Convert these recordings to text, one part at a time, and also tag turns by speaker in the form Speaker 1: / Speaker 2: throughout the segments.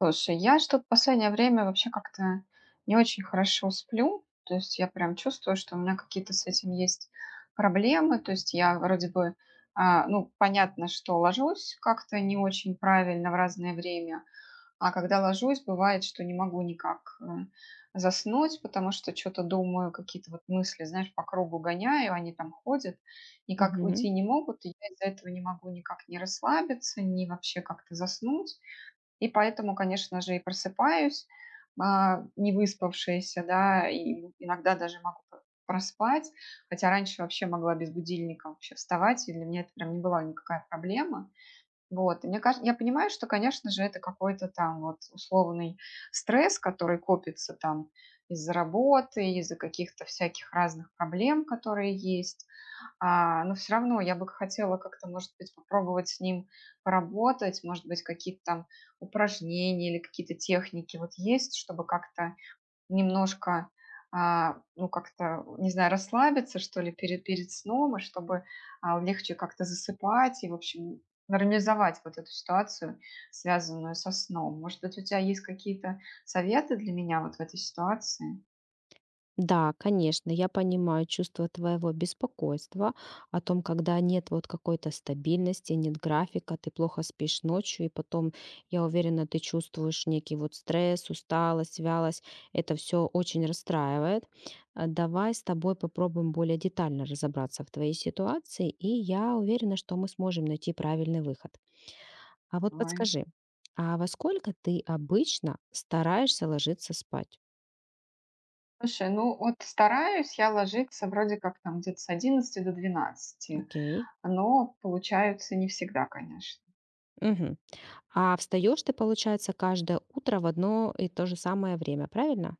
Speaker 1: Слушай, я что-то последнее время вообще как-то не очень хорошо сплю. То есть я прям чувствую, что у меня какие-то с этим есть проблемы. То есть я вроде бы, понятно, что ложусь как-то не очень правильно в разное время, а когда ложусь, бывает, что не могу никак заснуть, потому что что-то думаю, какие-то вот мысли, знаешь, по кругу гоняю, они там ходят, никак уйти
Speaker 2: Мгм.
Speaker 1: не могут, и я из-за этого не могу никак не расслабиться, ни вообще как-то заснуть. И поэтому, конечно же, и просыпаюсь, не выспавшаяся, да, и иногда даже могу проспать, хотя раньше вообще могла без будильника вообще вставать, и для меня это прям не была никакая проблема. Вот, и мне кажется, я понимаю, что, конечно же, это какой-то там вот условный стресс, который копится там из-за работы, из-за каких-то всяких разных проблем, которые есть. Но всё равно я бы хотела как-то, может быть, попробовать с ним поработать, может быть, какие-то там упражнения или какие-то техники вот есть, чтобы как-то немножко, как-то, не знаю, расслабиться, что ли, перед сном, и чтобы, легче как-то засыпать и, в общем, нормализовать вот эту ситуацию, связанную со сном. Может быть, у тебя есть какие-то советы для меня вот в этой ситуации?
Speaker 2: Да, конечно, я понимаю чувство твоего беспокойства о том, когда нет вот какой-то стабильности, нет графика, ты плохо спишь ночью, и потом, я уверена, ты чувствуешь некий вот стресс, усталость, вялость. Это все очень расстраивает. Давай с тобой попробуем более детально разобраться в твоей ситуации, и я уверена, что мы сможем найти правильный выход. А вот
Speaker 1: Давай.
Speaker 2: подскажи, а во сколько ты обычно стараешься ложиться спать?
Speaker 1: Слушай, ну вот стараюсь я ложиться вроде как там где-то с 11 до 12,
Speaker 2: Окей.
Speaker 1: но получается не всегда, конечно.
Speaker 2: Мгм. А встаешь ты, получается, каждое утро в одно и то же самое время, правильно?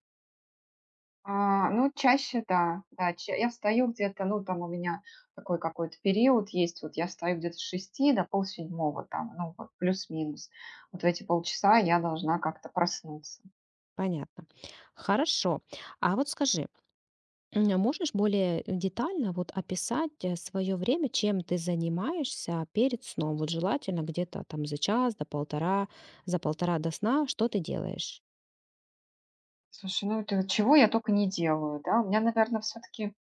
Speaker 1: Чаще, да, да, я встаю где-то, ну, там у меня такой какой-то период есть, вот я встаю где-то с 6 до полседьмого там, ну, вот плюс-минус. Вот в эти полчаса я должна как-то проснуться.
Speaker 2: Понятно. Хорошо. А вот скажи, а можешь более детально вот описать свое время, чем ты занимаешься перед сном? Вот желательно где-то там за час, до полтора, за полтора до сна, что ты делаешь?
Speaker 1: Слушай, ну, это вот чего я только не делаю, да? У меня, наверное, все-таки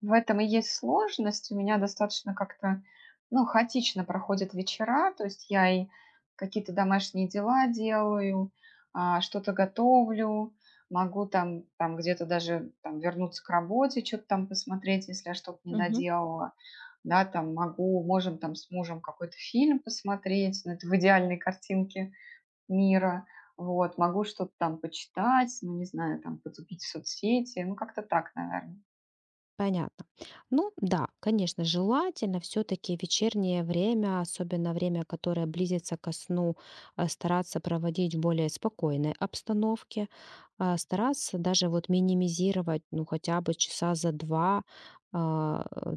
Speaker 1: в этом и есть сложность. У меня достаточно как-то, ну, хаотично проходят вечера. То есть я и какие-то домашние дела делаю, что-то готовлю, могу там, там где-то даже там, вернуться к работе, что-то там посмотреть, если я что-то не доделала. Да, там могу, можем там с мужем какой-то фильм посмотреть, но это в идеальной картинке мира. Вот, могу что-то там почитать, ну, не знаю, там потупить в соцсети, ну, как-то так, наверное.
Speaker 2: Понятно. Ну да, конечно, желательно все-таки вечернее время, особенно время, которое близится ко сну, стараться проводить в более спокойной обстановке, стараться даже вот минимизировать, ну хотя бы часа за два а, э,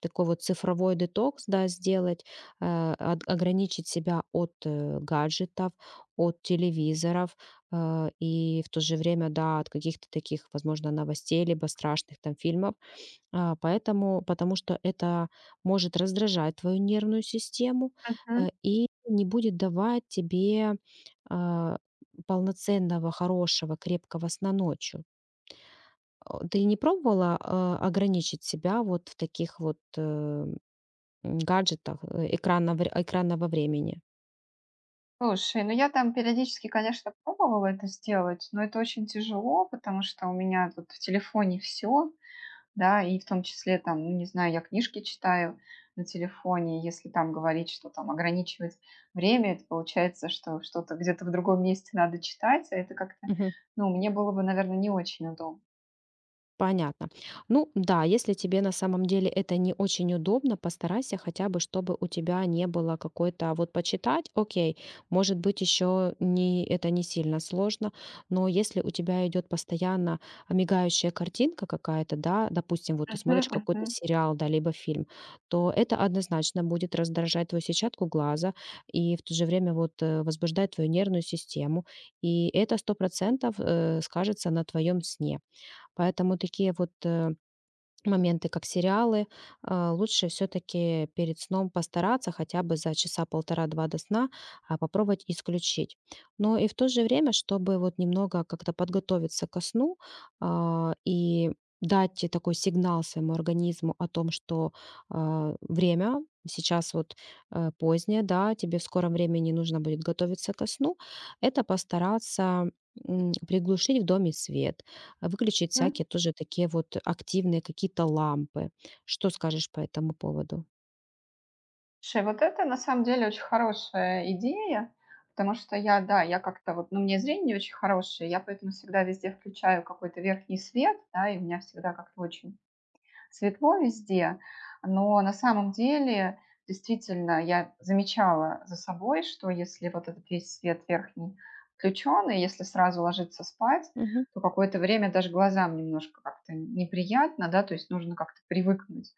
Speaker 2: такой вот цифровой детокс, да, сделать, от- ограничить себя от гаджетов, от телевизоров, и в то же время, да, от каких-то таких, возможно, новостей, либо страшных там фильмов, а, поэтому потому что это может раздражать твою нервную систему, и не будет давать тебе, а, полноценного, хорошего, крепкого сна ночью. О, ты не пробовала, ограничить себя вот в таких вот, гаджетах, экранного времени?
Speaker 1: Слушай, ну я там периодически, конечно, пробовала это сделать, но это очень тяжело, потому что у меня тут в телефоне все, да, и в том числе там, ну не знаю, я книжки читаю на телефоне, если там говорить, что там ограничивать время, это получается, что что-то где-то в другом месте надо читать, а это как-то, ну, мне было бы, наверное, не очень удобно.
Speaker 2: Понятно. Ну да, если тебе на самом деле это не очень удобно, постарайся хотя бы, чтобы у тебя не было какой-то а вот почитать, окей, может быть еще не это не сильно сложно, но если у тебя идет постоянно мигающая картинка какая-то, да, допустим, вот ты
Speaker 1: Мгм,
Speaker 2: смотришь
Speaker 1: мгм,
Speaker 2: какой-то сериал, да, либо фильм, то это однозначно будет раздражать твою сетчатку глаза и в то же время вот возбуждать твою нервную систему, и это 100% скажется на твоем сне. Поэтому такие вот моменты, как сериалы, лучше все-таки перед сном постараться хотя бы за часа полтора-два до сна попробовать исключить. Но и в то же время, чтобы вот немного как-то подготовиться ко сну и дать и такой сигнал своему организму о том, что время сейчас вот позднее, да, тебе в скором времени нужно будет готовиться ко сну, это постараться приглушить в доме свет, выключить
Speaker 1: мгм.
Speaker 2: всякие тоже такие вот активные какие-то лампы. Что скажешь по этому поводу?
Speaker 1: Слушай, вот это на самом деле очень хорошая идея, потому что я, да, я как-то вот, ну, мне зрение не очень хорошее, я поэтому всегда везде включаю какой-то верхний свет, да, и у меня всегда как-то очень светло везде, но на самом деле действительно я замечала за собой, что если вот этот весь свет верхний включен, и если сразу ложиться спать,
Speaker 2: Мгм.
Speaker 1: то какое-то время даже глазам немножко как-то неприятно, да, то есть нужно как-то привыкнуть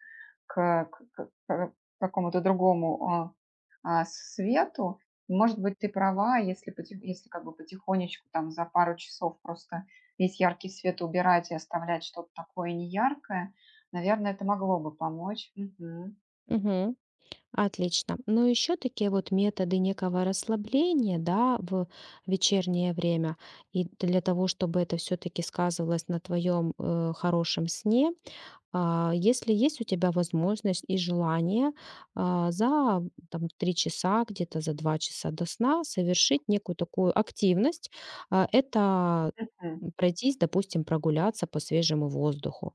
Speaker 1: к какому-то другому свету. Может быть, ты права, если, если как бы потихонечку там за пару часов просто весь яркий свет убирать и оставлять что-то такое неяркое, наверное, это могло бы помочь. Мгм.
Speaker 2: Мгм. Отлично. Но еще такие вот методы некого расслабления, да, в вечернее время, и для того, чтобы это все-таки сказывалось на твоем хорошем сне, А, если есть у тебя возможность и желание, за там 3 часа, где-то за 2 часа до сна совершить некую такую активность. Это
Speaker 1: Мгм.
Speaker 2: пройтись, допустим, прогуляться по свежему воздуху.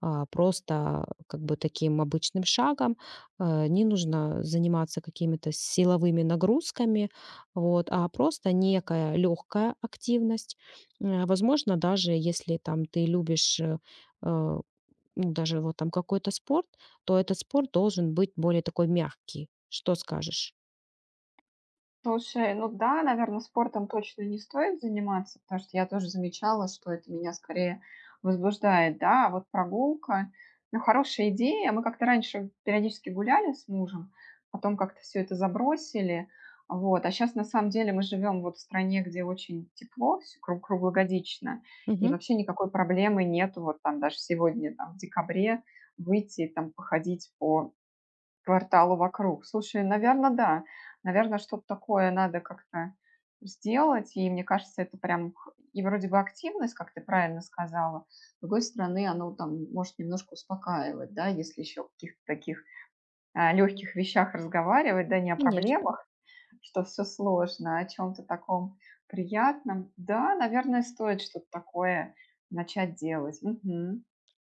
Speaker 2: Просто как бы таким обычным шагом. Не нужно заниматься какими-то силовыми нагрузками, вот, а просто некая легкая активность. Возможно, даже если там ты любишь, э, ну, даже вот там какой-то спорт, то этот спорт должен быть более такой мягкий. Что скажешь?
Speaker 1: Слушай, ну да, наверное, спортом точно не стоит заниматься, потому что я тоже замечала, что это меня скорее возбуждает, да, а вот прогулка, ну, хорошая идея. Мы как-то раньше периодически гуляли с мужем, потом как-то все это забросили, вот. А сейчас, на самом деле, мы живем вот в стране, где очень тепло, всё круглогодично, и
Speaker 2: Мгм.
Speaker 1: вообще никакой проблемы нету, вот там даже сегодня, там, в декабре, выйти, там, походить по кварталу вокруг. Слушай, наверное, да. Наверное, что-то такое надо как-то сделать. И мне кажется, это прям х и вроде бы активность, как ты правильно сказала. С другой стороны, оно там может немножко успокаивать, да, если еще о каких-то таких, легких вещах разговаривать, да, не о
Speaker 2: Конечно.
Speaker 1: проблемах, что все сложно, а о чем то таком приятном. Да, наверное, стоит что-то такое начать делать. Мгм.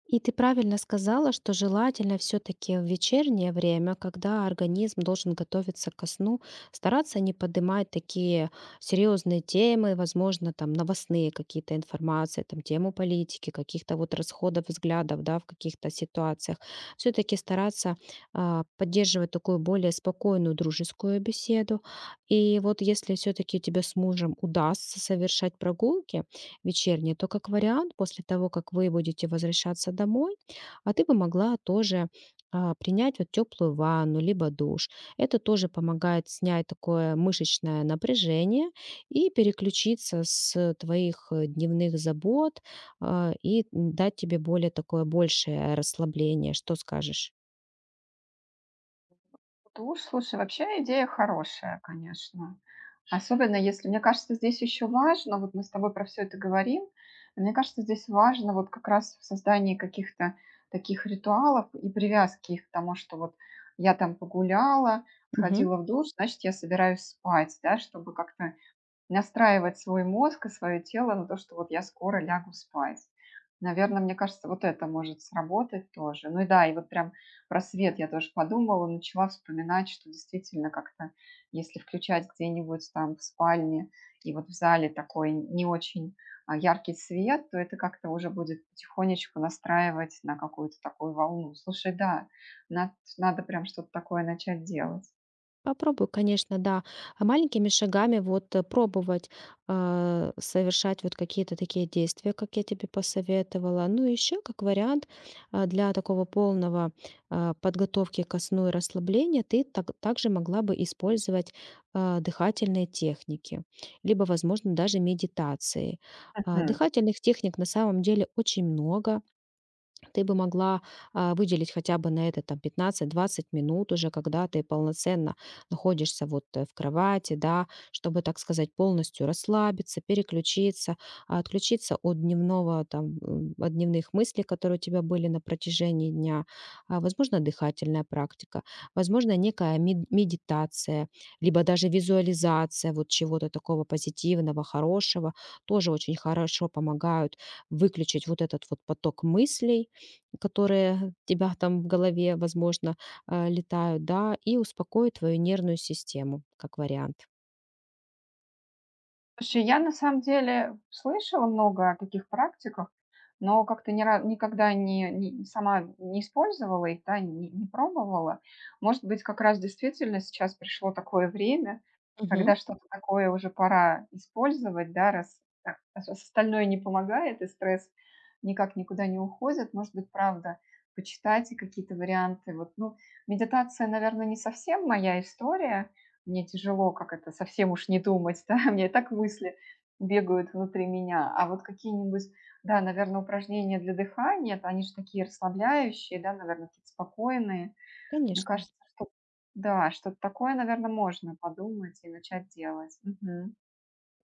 Speaker 2: И ты правильно сказала, что желательно все-таки в вечернее время, когда организм должен готовиться ко сну, стараться не поднимать такие серьезные темы, возможно, там новостные какие-то информации, там тему политики, каких-то вот расходов взглядов, да, в каких-то ситуациях. Все-таки стараться поддерживать такую более спокойную дружескую беседу. И вот если все-таки тебе с мужем удастся совершать прогулки, вечернее, то как вариант, после того, как вы будете возвращаться домой, а ты бы могла тоже принять вот теплую ванну, либо душ. Это тоже помогает снять такое мышечное напряжение и переключиться с твоих дневных забот и дать тебе более такое большее расслабление. Что скажешь?
Speaker 1: Туш, слушай, вообще идея хорошая, конечно. Особенно если, мне кажется, здесь еще важно, вот мы с тобой про все это говорим, но мне кажется, здесь важно вот как раз в создании каких-то таких ритуалов и привязки их к тому, что вот я там погуляла, сходила в душ, значит, я собираюсь спать, да, чтобы как-то настраивать свой мозг и свое тело на то, что вот я скоро лягу спать. Наверное, мне кажется, вот это может сработать тоже. Ну и да, и вот прям про свет я тоже подумала, начала вспоминать, что действительно как-то, если включать где-нибудь там в спальне и вот в зале такой не очень яркий свет, то это как-то уже будет потихонечку настраивать на какую-то такую волну. Слушай, да, над- надо прям что-то такое начать делать.
Speaker 2: Попробую, конечно, да. А маленькими шагами вот пробовать совершать вот какие-то такие действия, как я тебе посоветовала. Ну, еще как вариант для такого полного подготовки ко сну и расслабления ты так- также могла бы использовать дыхательные техники, либо, возможно, даже медитации.
Speaker 1: Мгм.
Speaker 2: Дыхательных техник на самом деле очень много, ты бы могла выделить хотя бы на это там 15-20 минут уже, когда ты полноценно находишься вот в кровати, да, чтобы, так сказать, полностью расслабиться, переключиться, отключиться от дневного там, от дневных мыслей, которые у тебя были на протяжении дня. Возможно, дыхательная практика, возможно, некая медитация, либо даже визуализация вот чего-то такого позитивного, хорошего, тоже очень хорошо помогают выключить вот этот вот поток мыслей, которые у тебя там в голове, возможно, летают, да, и успокоит твою нервную систему, как вариант.
Speaker 1: Слушай, я на самом деле слышала много о таких практиках, но как-то ни ра- никогда сама не использовала их, да, не пробовала. Может быть, как раз действительно сейчас пришло такое время,
Speaker 2: Мгм.
Speaker 1: когда что-то такое уже пора использовать, да, раз так, раз остальное не помогает и стресс никак никуда не уходит. Может быть, правда, почитать и какие-то варианты. Вот, ну, медитация, наверное, не совсем моя история, мне тяжело, как это, совсем уж не думать, да, у меня и так мысли бегают внутри меня. А вот какие-нибудь, да, наверное, упражнения для дыхания, это они же такие расслабляющие, да, наверное, какие-то спокойные. Мне
Speaker 2: Конечно.
Speaker 1: кажется, что да, что-то такое, наверное, можно подумать и начать делать. Мгм.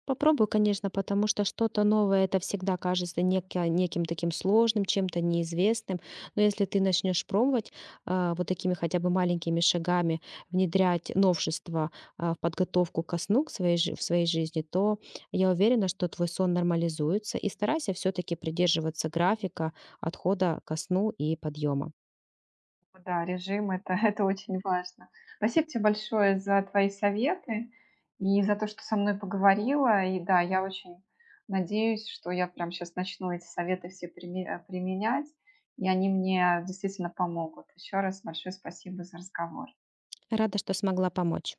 Speaker 2: Попробую, конечно, потому что что-то новое — это всегда кажется неко неким таким сложным, чем-то неизвестным. Но если ты начнешь пробовать, вот такими хотя бы маленькими шагами внедрять новшества, в подготовку ко сну к своей жи в своей жизни, то я уверена, что твой сон нормализуется. И старайся все таки придерживаться графика отхода ко сну и подъема.
Speaker 1: Типа, да, режим- это это очень важно. Спасибо тебе большое за твои советы и за то, что со мной поговорила. И да, я очень надеюсь, что я прям сейчас начну эти советы все применять, и они мне действительно помогут. Еще раз большое спасибо за разговор.
Speaker 2: Рада, что смогла помочь.